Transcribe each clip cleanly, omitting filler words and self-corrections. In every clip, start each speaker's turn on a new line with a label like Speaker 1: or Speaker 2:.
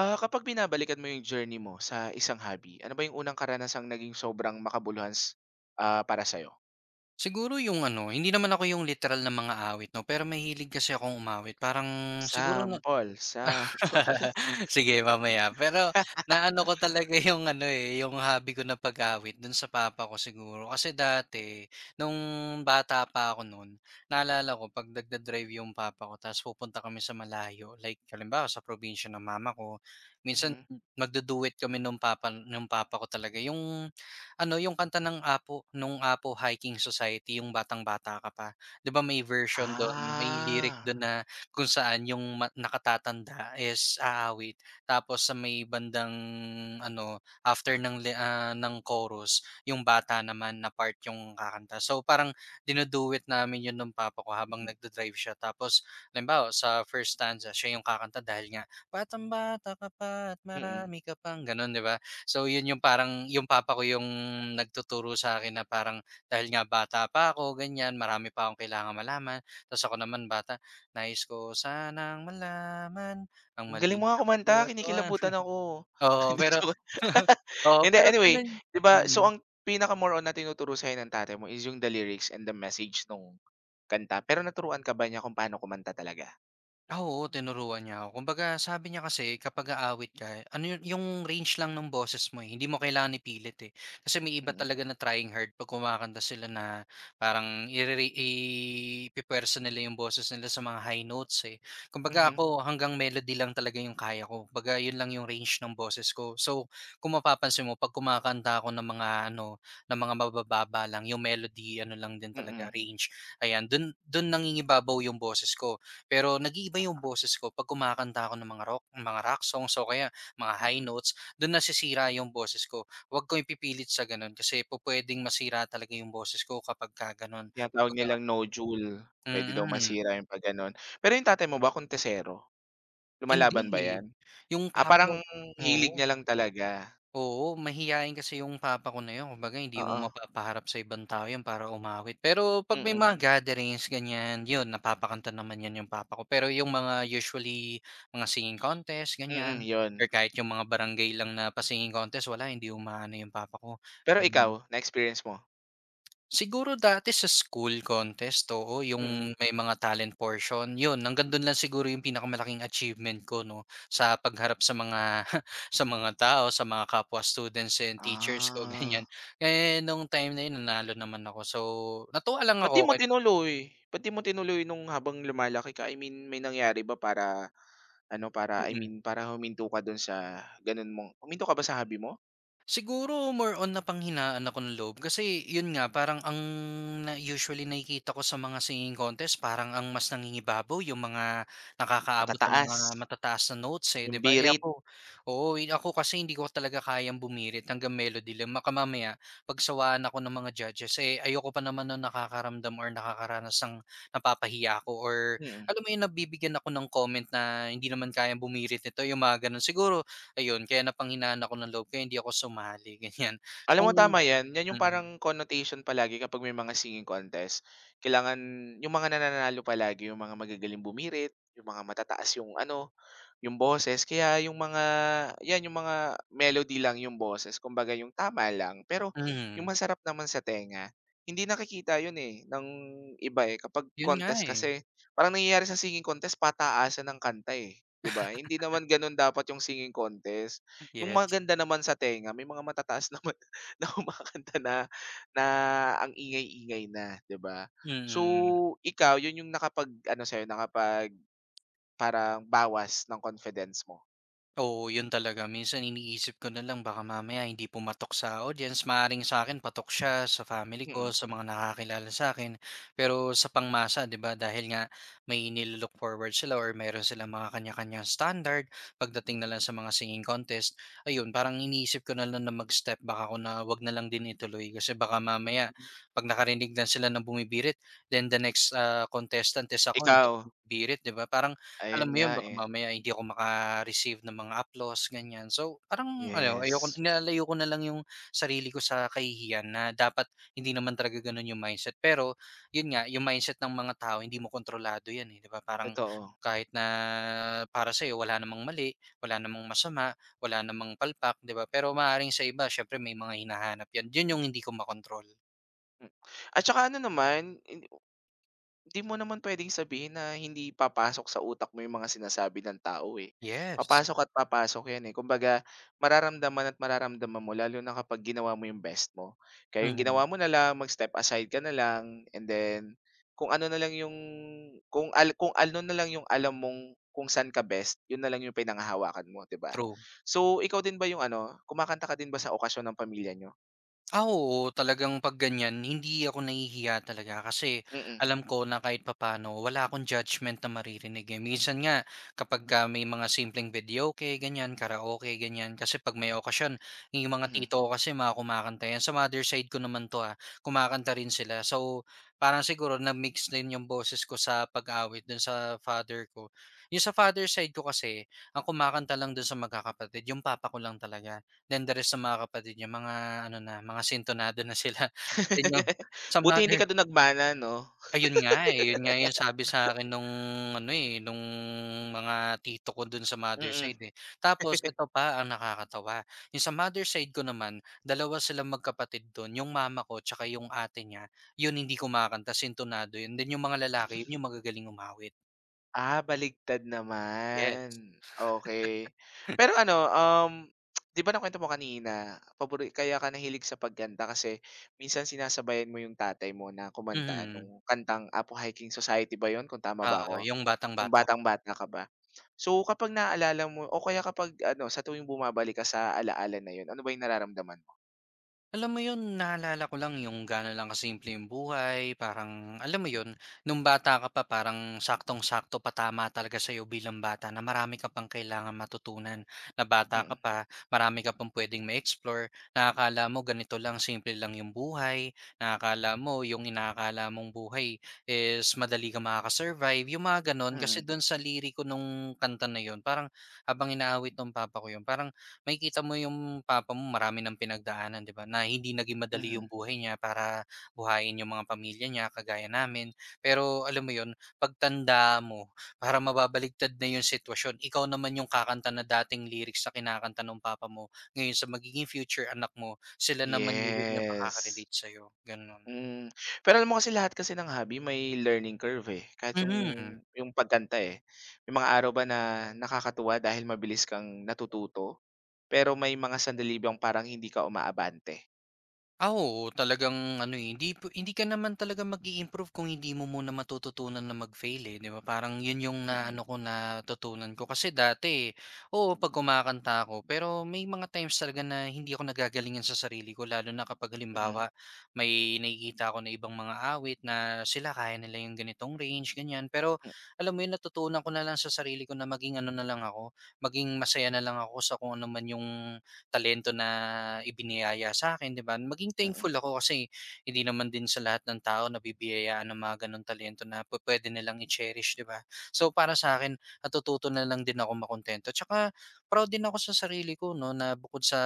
Speaker 1: Ah, kapag binabalikan mo yung journey mo sa isang hobby, ano ba yung unang karanasang naging sobrang makabuluhan para sa'yo?
Speaker 2: Siguro yung ano, hindi naman ako yung literal na mga awit 'no, pero mahilig kasi akong umawit. Parang siguro
Speaker 1: Sample, sample.
Speaker 2: sige mamaya. Pero naano ko talaga yung ano, eh, yung hobby ko na pag-awit dun sa papa ko siguro. Kasi dati nung bata pa ako nun, naalala ko 'pag nagda-drive yung papa ko tapos pupunta kami sa malayo, like halimbawa sa probinsya ng mama ko, minsan
Speaker 1: Mhm.
Speaker 2: magdu-duet kami nung papa ko talaga. Yung ano, yung kanta ng APO, nung APO Hiking Society, yung Batang Bata Ka Pa. 'Di ba may version dun, may lyric
Speaker 1: Ah,
Speaker 2: dun na kung saan yung ma nakatatanda is aawit tapos sa may bandang ano, after ng li ng chorus, yung bata naman na part yung kakanta. So, parang dinu namin yun nung papa ko habang
Speaker 1: mm,
Speaker 2: nagda-drive siya tapos halimbawa sa first stanza siya yung kakanta dahil nga, "Batang-bata ka pa at
Speaker 1: mm.
Speaker 2: marami ka pang" gano'n, 'di ba? So, yun yung parang yung papa ko yung nagtuturo sa akin na parang dahil nga bata pa ako, ganyan, marami pa akong kailangang malaman tapos ako naman bata, nais ko sanang malaman ang
Speaker 1: Ang galing mo
Speaker 2: maliit
Speaker 1: nga
Speaker 2: sa
Speaker 1: kumanta,
Speaker 2: katotohan.
Speaker 1: kinikilabutan ako.
Speaker 2: Oo,
Speaker 1: Hindi,
Speaker 2: pero
Speaker 1: joke.
Speaker 2: oo,
Speaker 1: Hindi,
Speaker 2: pero
Speaker 1: anyway,
Speaker 2: gano'n,
Speaker 1: 'di ba,
Speaker 2: mm.
Speaker 1: so ang pinaka more on na tinuturo ng tatay mo is yung the lyrics and the message nung kanta, pero naturuan ka ba niya kung paano kumanta talaga?
Speaker 2: Ah, oo, tinuruan niya ako. Kumbaga sabi niya kasi kapag aawit ka, ano yun yung range lang ng boses mo, eh, hindi mo kailangan ipilit, eh. Kasi may iba
Speaker 1: Mm,
Speaker 2: talaga na trying hard 'pag kumakanta sila na parang irere ipupuwersa nila yung boses nila sa mga high notes, eh. Kumbaga
Speaker 1: mhm,
Speaker 2: ako hanggang melody lang talaga yung kaya ko. Kumbaga yun lang yung range ng boses ko. So, kung mapapansin mo 'pag kumakanta ako ng mga ano, ng mga mabababa lang, yung melody ano lang din talaga
Speaker 1: mm.
Speaker 2: range, ayan. Dun dun nangingibabaw yung boses ko. Pero nag-iiba yung
Speaker 1: Ah,
Speaker 2: boses ko 'pag kumakanta ako ng mga rock songs o kaya mga high
Speaker 1: mm.
Speaker 2: notes, do'n nasisira yung boses ko. Huwag ko ipipilit sa gano'n kasi po pupuwedeng masira talaga yung boses ko kapagka gano'n.
Speaker 1: Tinatawag
Speaker 2: Kumbaga
Speaker 1: nilang nodule, pwede daw
Speaker 2: mm.
Speaker 1: masira yung 'pag gano'n. Pero 'yung tatay mo ba kontesero?
Speaker 2: Hindi,
Speaker 1: Lumalaban ba
Speaker 2: eh.
Speaker 1: 'yan?
Speaker 2: Yung
Speaker 1: Ah,
Speaker 2: pop mo
Speaker 1: parang
Speaker 2: oo.
Speaker 1: hilig niya lang talaga.
Speaker 2: Oo, mahiyain kasi yung papa ko na yun kumbaga hindi mo
Speaker 1: Oo,
Speaker 2: mapapaharap sa ibang tao yun para umawit. Pero 'pag may
Speaker 1: mm,
Speaker 2: mga gatherings ganyan, yun napapakanta naman yan yung papa ko. Pero yung mga usually mga singing contest
Speaker 1: mm,
Speaker 2: ganyan or
Speaker 1: 'yun.
Speaker 2: kahit yung mga barangay lang na pa contest wala, hindi umaano yung papa ko.
Speaker 1: Pero ikaw, na-experience mo?
Speaker 2: Siguro dati sa school contest, oo, yung
Speaker 1: Mm.
Speaker 2: may mga talent portion, yun hanggang dun lang siguro yung pinakamalaking achievement ko 'no, sa pagharap sa mga sa mga tao, sa mga kapwa students and teachers ko,
Speaker 1: Ah,
Speaker 2: ganyan. Eh, nung time na yun nanalo naman ako, so natuwa lang
Speaker 1: ba't di
Speaker 2: ako,
Speaker 1: mo tinuloy? Ba't di mo tinuloy nung habang lumalaki ka? I mean, may nangyari ba para ano, para I mean,
Speaker 2: mm.
Speaker 1: para huminto ka do'n sa gano'n mong huminto ka ba sa hobby mo?
Speaker 2: Siguro more on na panghinaan ako ng loob kasi yun nga parang ang na usually nakikita ko sa mga singing contest parang ang mas nangingibabaw yung mga nakakaabot ng
Speaker 1: Matataas,
Speaker 2: mga matataas na notes eh, 'di
Speaker 1: 'yung
Speaker 2: ba? Eh
Speaker 1: birit?
Speaker 2: ako, oo, eh, ako kasi hindi ko talaga kayang bumirit, hanggang melody lang. Baka mamaya pagsawaan ako ng mga judges eh ayoko pa naman na nakakaramdam or nakakaranas ng napapahiya ako or
Speaker 1: Mm.
Speaker 2: alam mo yun nabibigyan ako ng comment na hindi naman kayang bumirit nito yung mga ganun. Siguro ayun, kaya napanghinaan ako ng loob kaya hindi ako sumali ganyan.
Speaker 1: Alam
Speaker 2: Kung
Speaker 1: mo tama 'yan, 'yan yung
Speaker 2: mm,
Speaker 1: parang connotation palagi kapag may mga singing contest. Kailangan yung mga nananalo palagi yung mga magagaling bumirit, yung mga matataas yung ano, yung boses kaya yung mga 'yan yung mga melody lang yung boses kumbaga yung tama lang. Pero yung
Speaker 2: mhm,
Speaker 1: masarap naman sa tenga, hindi nakikita 'yun, eh, ng iba, eh. Kapag
Speaker 2: yun nga
Speaker 1: contest
Speaker 2: eh,
Speaker 1: kasi parang nangyayari sa singing contest pataasan ang kanta, eh, 'di ba? Hindi naman gano'n dapat yung singing contest. Yung
Speaker 2: yes,
Speaker 1: maganda naman sa tenga may mga matataas naman na kumakanta na na ang ingay-ingay na, 'di ba? So,
Speaker 2: mm.
Speaker 1: ikaw 'yun yung nakapag-ano sa'yo, parang bawas ng confidence mo.
Speaker 2: Oo, yun talaga. Minsan iniisip ko na lang baka mamaya hindi pumatok sa audience. Maaring sa akin patok siya, sa family ko,
Speaker 1: Mm,
Speaker 2: sa mga nakakakilala sa'kin. Pero sa pangmasa, 'di ba, dahil nga may nilo forward sila or meron sila mga kanya-kanyang standard pagdating na lang
Speaker 1: mm,
Speaker 2: sa mga singing contest, ayun, parang iniisip ko na lang na mag-step back ako na 'wag na lang din ituloy kasi baka mamaya
Speaker 1: hmm.
Speaker 2: 'pag nakarinig na sila ng bumibirit, then the next, contestant is ako, hindi
Speaker 1: Ikaw?
Speaker 2: ako bumibirit, 'di ba? Parang
Speaker 1: Ayun
Speaker 2: alam mo
Speaker 1: nga,
Speaker 2: yun baka
Speaker 1: eh.
Speaker 2: mamaya hindi ako maka-receive ng mga applause ganyan. So, parang ano ayoko,
Speaker 1: Yes,
Speaker 2: nilalayo ko na lang yung sarili ko sa kahihiyan na dapat hindi naman talaga ganun yung mindset. Pero yun nga, yung mindset ng mga tao hindi mo kontrolado yan, eh, 'di ba? Parang
Speaker 1: totoo.
Speaker 2: kahit na para sa'yo wala namang mali, wala namang masama, wala namang palpak, 'di ba? Pero maaaring sa iba syempre may mga hinahanap yan. Yun yung hindi ko makontrol.
Speaker 1: Hmm. At saka ano naman, hindi mo naman puwedeng sabihin na hindi papasok sa utak mo yung mga sinasabi ng tao, eh.
Speaker 2: Yes.
Speaker 1: Papasok at papasok yan, eh. Kumbaga mararamdaman at mararamdaman mo lalo na kapag ginawa mo yung best mo. Kaya yung ginawa
Speaker 2: Mhm,
Speaker 1: mo na lang, mag-step aside ka na lang and then kung ano na lang yung kung ano na lang yung alam mong kung saan ka best, yun na lang yung pinanghahawakan mo, 'di ba?
Speaker 2: true.
Speaker 1: So, ikaw din ba yung ano, kumakanta ka din ba sa okasyon ng pamilya niyo?
Speaker 2: Ah, oo, talagang 'pag ganyan hindi ako nahihiya talaga kasi
Speaker 1: Mm,
Speaker 2: alam ko na kahit papano wala akong judgment na maririnig, eh. Minsan nga kapagka may mga simpleng video videoke, ganyan, karaoke, ganyan, kasi 'pag may okasyon yung mga
Speaker 1: mhm.
Speaker 2: tito ko kasi mga kumakanta yan. Sa mother side ko naman 'to, ah, kumakanta rin sila. So, parang siguro na-mix din yung boses ko sa pag-awit dun sa father ko. Yung sa father side ko kasi ang kumakanta lang dun sa magkakapatid yung papa ko lang talaga. Then the rest ng mga kapatid niya mga ano na, mga sintonado na sila. Then yung sa
Speaker 1: Buti hindi
Speaker 2: mother
Speaker 1: ka dun nagmana 'no?
Speaker 2: ayun nga, eh, yun nga yung sabi sa'kin nung ano, eh, nung mga tito ko dun sa mother
Speaker 1: Mm.
Speaker 2: side, eh. Tapos eto pa ang nakakatawa, yung sa mother side ko naman, dalawa silang magkapatid dun, yung mama ko tsaka yung ate niya, yun hindi kumakanta, sintonado yun. Then yung mga lalaki, yun yung magagaling umawit,
Speaker 1: Ah, baligtad
Speaker 2: yes.
Speaker 1: naman, okay. Pero ano, 'di ba nakuwento mo kanina, pabori kaya ka nahilig sa pagkanta kasi minsan sinasabayan mo yung tatay mo na kumanta
Speaker 2: Mhm,
Speaker 1: nung kantang Apo Hiking Society ba yon, kung tama ba
Speaker 2: oo,
Speaker 1: ako?
Speaker 2: yung
Speaker 1: Yung
Speaker 2: batang-bata.
Speaker 1: batang-bata ka ba? So, kapag naalala mo o kaya kapag ano, sa tuwing bumabalik ka sa alaala na yon, ano ba yung nararamdaman mo?
Speaker 2: Alam mo yun, naalala ko lang yung gano'n lang kasimple yung buhay, parang alam mo yun, nung bata ka pa parang saktong-sakto pa talaga sa'yo bilang bata na marami ka pang kailangan matutunan. Na bata ka
Speaker 1: Mm,
Speaker 2: pa, marami ka pang puwedeng ma-explore, na akala mo ganito lang, simple lang yung buhay, na akala mo yung inaakala mong buhay is madali ka makaka yung mga gano'n. Kasi
Speaker 1: mm,
Speaker 2: dun sa liriko nung kanta na yun, parang habang inaawit nung papa ko yun, parang makikita mo yung papa mo marami ng pinagdaanan 'di ba, na hindi naging madali
Speaker 1: mhm.
Speaker 2: yung buhay niya para buhayin yung mga pamilya niya kagaya namin. Pero alam mo yun, pagtanda mo parang mababaligtad na yung sitwasyon. Ikaw naman yung kakanta na dating lyrics sa kinakanta ng papa mo, ngayon sa magiging future anak mo, sila naman yun yung makaka
Speaker 1: Yes.
Speaker 2: sa sa'yo, gano'n.
Speaker 1: Hmm, pero alam mo kasi lahat kasi ng hobby may learning curve, eh, kahit yung
Speaker 2: Mhm.
Speaker 1: yung pagkanta, eh. May mga araw ba na nakakatuwa dahil mabilis kang natututo, pero may mga sandali bang parang hindi ka umaabante?
Speaker 2: Ah, oo, talagang ano, eh, hindi po hindi ka naman talaga mag improve kung hindi mo muna matututunan na mag-fail, eh, 'di ba? Parang 'yun yung na
Speaker 1: Mm,
Speaker 2: ano ko, natutunan ko kasi dati, oo 'pag kumakanta ako pero may mga times talaga na hindi ako nagagalingan sa sarili ko lalo na kapag
Speaker 1: mhm,
Speaker 2: halimbawa may nakikita ako na ibang mga awit na sila kaya nila yung ganitong range, ganyan. Pero
Speaker 1: m
Speaker 2: alam mo 'yun natutunan ko na lang sa sarili ko na maging ano na lang ako, maging masaya na lang ako sa kung ano man yung talento na ibiniyaya sa akin, 'di ba? Maging
Speaker 1: mm.
Speaker 2: thankful ako kasi hindi naman din sa lahat ng tao nabibiyayaan ng mga gano'ng talento na pu- pwede nilang i-cherish, 'di ba? So, para sa akin natututo na lang din akong makuntento tsaka proud din ako sa sarili ko 'no, na bukod sa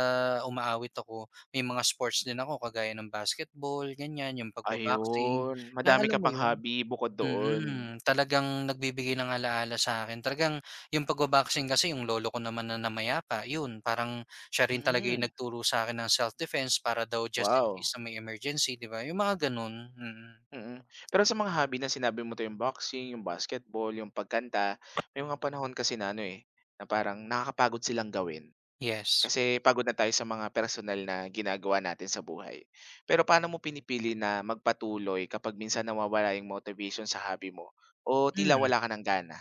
Speaker 2: umaawit ako, may mga sports din ako kagaya ng basketball, ganiyan, yung pagba
Speaker 1: Ayun,
Speaker 2: na
Speaker 1: madami
Speaker 2: alam
Speaker 1: ka
Speaker 2: mo
Speaker 1: pang
Speaker 2: yun.
Speaker 1: hobby bukod doon.
Speaker 2: Mm, talagang nagbibigay ng alaala sa akin. Talagang yung pagba kasi yung lolo ko naman na namayapa, yun parang siya rin talaga yung
Speaker 1: Hmm,
Speaker 2: nagturo sa'kin ng self-defense para daw just in
Speaker 1: wow,
Speaker 2: case na may emergency, 'di ba? Yung mga ganun, mm.
Speaker 1: mm. Pero sa mga hobby na sinabi mo 'to, yung boxing, yung basketball, yung pagkanta, may mga panahon kasi na ano, eh, na parang nakakapagod silang gawin.
Speaker 2: Yes.
Speaker 1: Kasi pagod na tayo sa mga personal na ginagawa natin sa buhay. Pero paano mo pinipili na magpatuloy kapag minsan nawawala yung motivation sa hobby mo o tila
Speaker 2: Hmm.
Speaker 1: wala ka ng gana?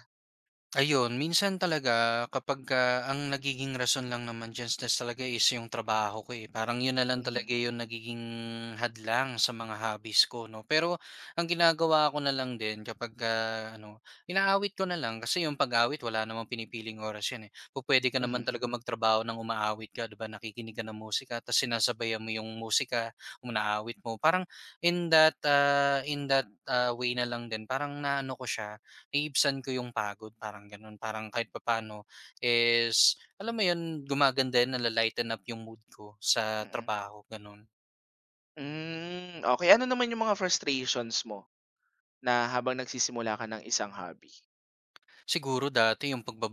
Speaker 2: Ayun, minsan talaga kapagka ang nagiging rason lang naman diyan tas talaga is yung trabaho ko, eh. Parang yun na lang
Speaker 1: Mhm,
Speaker 2: talaga yung nagiging hadlang sa mga hobbies ko 'no. Pero ang ginagawa ko na lang din kapagka ano, inaawit ko na lang kasi yung pag-awit wala namang pinipiling oras yan, eh. Pupuwede ka naman
Speaker 1: mhm,
Speaker 2: talaga magtrabaho ng umaawit ka, 'di ba, nakikinig ka ng musika tas sinasabayan mo yung musika, inaawit mo. Parang in that, way na lang din parang naano ko siya, naibsan ko yung pagod parang gano'n. Parang kahit papaano is alam mo yun, gumaganda yun, nala-lighten up yung mood ko sa
Speaker 1: mhm. Mm.
Speaker 2: trabaho, gano'n.
Speaker 1: Hmm, okay. Ano naman yung mga frustrations mo na habang nagsisimula ka ng isang hobby?
Speaker 2: Siguro dati yung pagba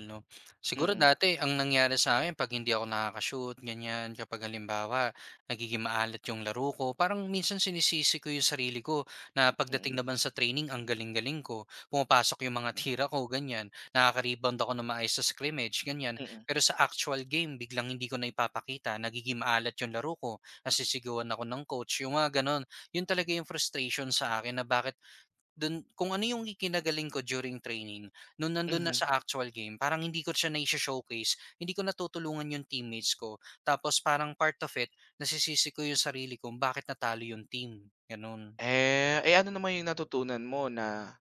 Speaker 2: 'no. Siguro
Speaker 1: Mm,
Speaker 2: dati ang nangyari sa akin 'pag hindi ako nakaka ganyan, kapag halimbawa nagiging maalat yung laro ko, parang minsan sinisisi ko yung sarili ko na
Speaker 1: mm,
Speaker 2: pagdating naman sa training ang galing-galing ko, pumapasok yung mga tira ko ganyan, nakaka-rebound ako ng maayos sa scrimmage ganyan.
Speaker 1: mm,
Speaker 2: Pero sa actual game biglang hindi ko na ipapakita, nagiging maalat yung laro ko, nasisisigawan ako ng coach, yung mga gano'n. Yun talaga yung frustration sa akin na bakit dun kung ano yung ikinagaling ko during training, nung nandun na
Speaker 1: mhm.
Speaker 2: sa actual game parang hindi ko siya nai-sho-showcase, hindi ko natutulungan yung teammates ko. Tapos parang part of it, nasisisi ko yung sarili ko bakit natalo yung team, ganun.
Speaker 1: Eh, ano naman yung natutunan mo na,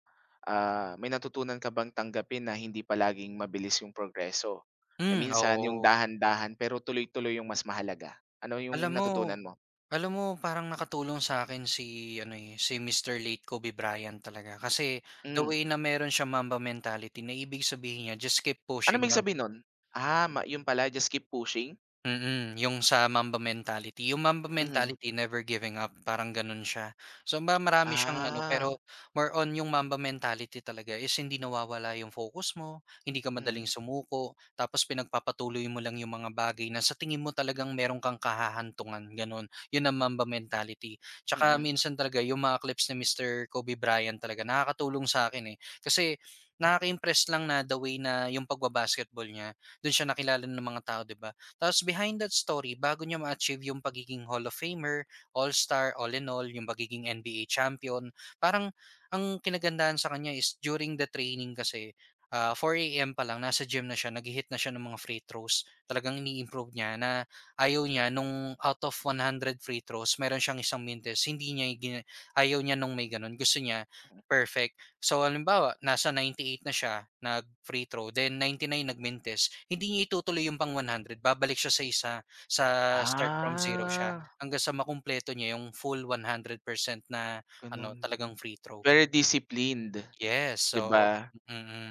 Speaker 1: may natutunan ka bang tanggapin na hindi palaging mabilis yung progreso? Na
Speaker 2: Hmm,
Speaker 1: minsan yung
Speaker 2: oo.
Speaker 1: dahan-dahan pero tuloy-tuloy yung mas mahalaga. Ano
Speaker 2: Alam
Speaker 1: yung
Speaker 2: mo
Speaker 1: natutunan mo?
Speaker 2: alam mo parang nakatulong sa akin si ano, eh, si Mr. Late Kobe Bryant talaga kasi the
Speaker 1: Hmm,
Speaker 2: way na meron siya Mamba mentality na ibig sabihin niya just keep
Speaker 1: ano
Speaker 2: pushing
Speaker 1: ibig
Speaker 2: lang.
Speaker 1: sabihin nun? Ah, yun pala, just keep pushing?
Speaker 2: Mm, yung sa Mamba mentality. Yung Mamba
Speaker 1: Mhm.
Speaker 2: mentality, never giving up, parang gano'n siya. So, marami siyang ano,
Speaker 1: Ah,
Speaker 2: pero more on yung Mamba mentality talaga is hindi nawawala yung focus mo, hindi ka
Speaker 1: mhm,
Speaker 2: madaling sumuko, tapos pinagpapatuloy mo lang yung mga bagay na sa tingin mo talagang meron kang kahahantungan, gano'n. Yun ang Mamba mentality. Tsaka
Speaker 1: mm.
Speaker 2: minsan talaga yung mga clips ni Mister Kobe Bryant talaga, nakakatulong sa akin eh. Kasi nakaka-impress lang na the way na yung pagba-basketball niya, do'n siya nakilala ng mga tao, 'di ba? Tapos behind that story, bago niya ma-achieve yung pagiging Hall of Famer, All-Star, all in all, yung pagiging NBA champion, parang ang kinagandahan sa kanya is during the training kasi, 4 a.m. pa lang nasa gym na siya, naghi-hit na siya ng mga free throws. Talagang ini-improve niya na ayaw niya nung out of 100 free throws, meron siyang isang mintes, hindi niya gina ayaw niya nung may ganun, gusto niya perfect. So halimbawa, nasa 98 na siya, nag-free throw, then 99 nagmintis, hindi niya itutuloy yung pang 100, babalik siya sa isa, sa start from zero siya,
Speaker 1: Ah,
Speaker 2: hanggang sa makumpleto niya yung full 100% na ano,
Speaker 1: ganun.
Speaker 2: talagang free throw.
Speaker 1: Very disciplined,
Speaker 2: Yes,
Speaker 1: 'di
Speaker 2: so.
Speaker 1: ba?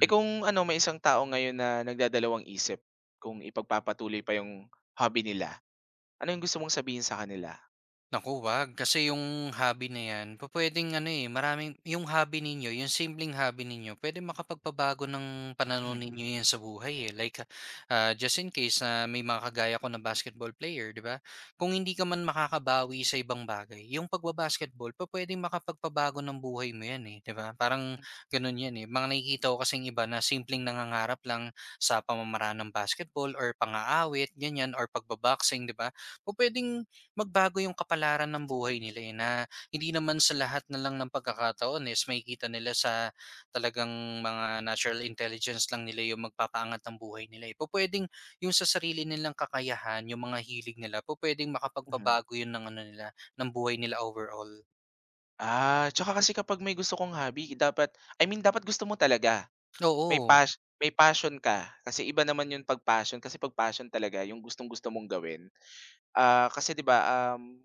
Speaker 1: Eh, kung ano, may isang tao ngayon na nagdadalawang isip kung ipagpapatuloy pa yung hobby nila. Ano yung gusto mong sabihin sa kanila?
Speaker 2: Naku, wag. Kasi yung hobby na yan, pupwedeng ano eh, maraming, yung hobby ninyo, yung simpleng hobby ninyo, pwede makapagpabago ng pananaw
Speaker 1: Mhm,
Speaker 2: ninyo yan sa buhay eh. Like, just in case na may mga kagaya ko na basketball player, di ba? Kung hindi ka man makakabawi sa ibang bagay, yung pagbabasketball, pwedeng makapagpabago ng buhay mo yan eh, di ba? Parang
Speaker 1: hmm,
Speaker 2: ganun yan eh. Mga nakikita ko kasing iba na simpleng nangangarap lang sa pamamaraan ng basketball or pangaawit, ganyan, or pagbaboxing, di ba? Pupwedeng magbago yung kapalaran ng buhay nila, eh, na hindi naman sa lahat na lang ng pagkakataon is makikita nila sa talagang mga natural intelligence lang nila yung magpapaangat ng buhay nila, eh. Pwedeng yung sa sarili nilang kakayahan, yung mga hilig nila, pupuwedeng
Speaker 1: mhm.
Speaker 2: makapagpabago yun ng ano nila, ng buhay nila overall.
Speaker 1: Ah, tsaka kasi kapag may gusto kang hobby, dapat, I mean, dapat gusto mo talaga. May
Speaker 2: Oo,
Speaker 1: pas may passion ka, kasi iba naman yung 'pag passion, kasi 'pag passion talaga yung gustong-gusto mong gawin. Ah, kasi 'di ba, um,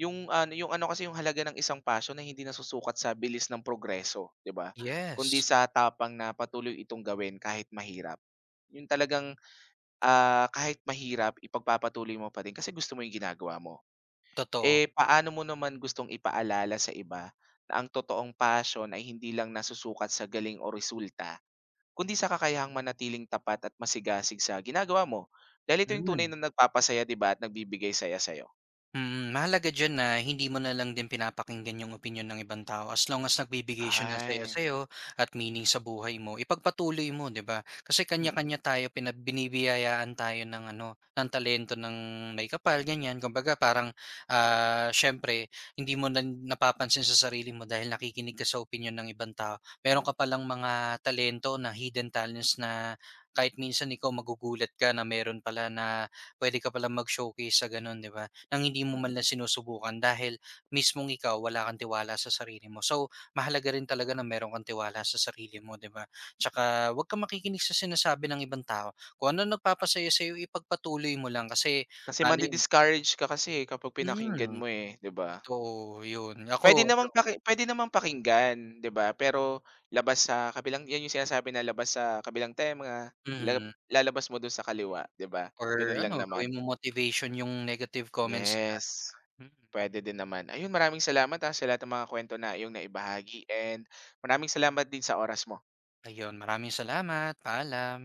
Speaker 1: yung ano kasi, yung halaga ng isang passion ay hindi nasusukat sa bilis ng progreso, 'di ba? Kundi
Speaker 2: yes,
Speaker 1: sa tapang na patuloy itong gawin kahit mahirap. Yung talagang, kahit mahirap, ipagpapatuloy mo pa rin kasi gusto mo yung ginagawa mo.
Speaker 2: totoo.
Speaker 1: Eh, paano mo naman gustong ipaalala sa iba na ang totoong passion ay hindi lang nasusukat sa galing o resulta, kundi sa kakayahang manatiling tapat at masigasig sa ginagawa mo? Dahil ito yung tunay
Speaker 2: Mm.
Speaker 1: na nagpapasaya, 'di ba, at nagbibigay saya sa'yo.
Speaker 2: Mm, mahalaga diyan na hindi mo na lang din pinapakinggan yung opinyon ng ibang tao as long as nagbibigay siya ng saya
Speaker 1: Ay.
Speaker 2: sa'yo at meaning sa buhay mo, ipagpatuloy mo, 'di ba? Kasi
Speaker 1: Mm,
Speaker 2: kanya-kanya tayo, binibiyayaan tayo ng ano, ng talento ng may kapal, ganyan. Kumbaga parang, siyempre hindi mo na napapansin sa sarili mo dahil nakikinig ka sa opinyon ng ibang tao. Meron
Speaker 1: hmm,
Speaker 2: ka palang mga talento na hidden talents na kahit minsan ikaw magugulat ka na meron pala na puwede ka palang mag-showcase sa gano'n, 'di ba? Nang hindi mo
Speaker 1: mm.
Speaker 2: man lang sinusubukan dahil mismong ikaw wala kang tiwala sa sarili mo. So, mahalaga rin talaga na meron kang tiwala sa sarili mo, 'di ba? Tsaka huwag kang makikinig sa sinasabi ng ibang tao. Kung ano nagpapasaya sa'yo, ipagpatuloy mo lang kasi
Speaker 1: Kasi
Speaker 2: malay.
Speaker 1: madi-discourage ka kasi, eh, kapag pinakinggan
Speaker 2: hmm,
Speaker 1: mo, eh, 'di ba?
Speaker 2: Totoo 'yun. Ako,
Speaker 1: Puwede namang puwede namang pakinggan, 'di ba, pero labas sa kabilang 'yan yung sinasabi, na labas sa kabilang tenga,
Speaker 2: hmm,
Speaker 1: lalabas mo dun sa kaliwa, 'di ba?
Speaker 2: or
Speaker 1: Ganun lang
Speaker 2: ano,
Speaker 1: naman.
Speaker 2: gawin mong motivation yung negative comments nila.
Speaker 1: Yes,
Speaker 2: Mm,
Speaker 1: pwede din naman. Ayun, maraming salamat, sa lahat ng mga kwento na iyong naibahagi, and maraming salamat din sa oras mo.
Speaker 2: ayun. Maraming salamat, paalam.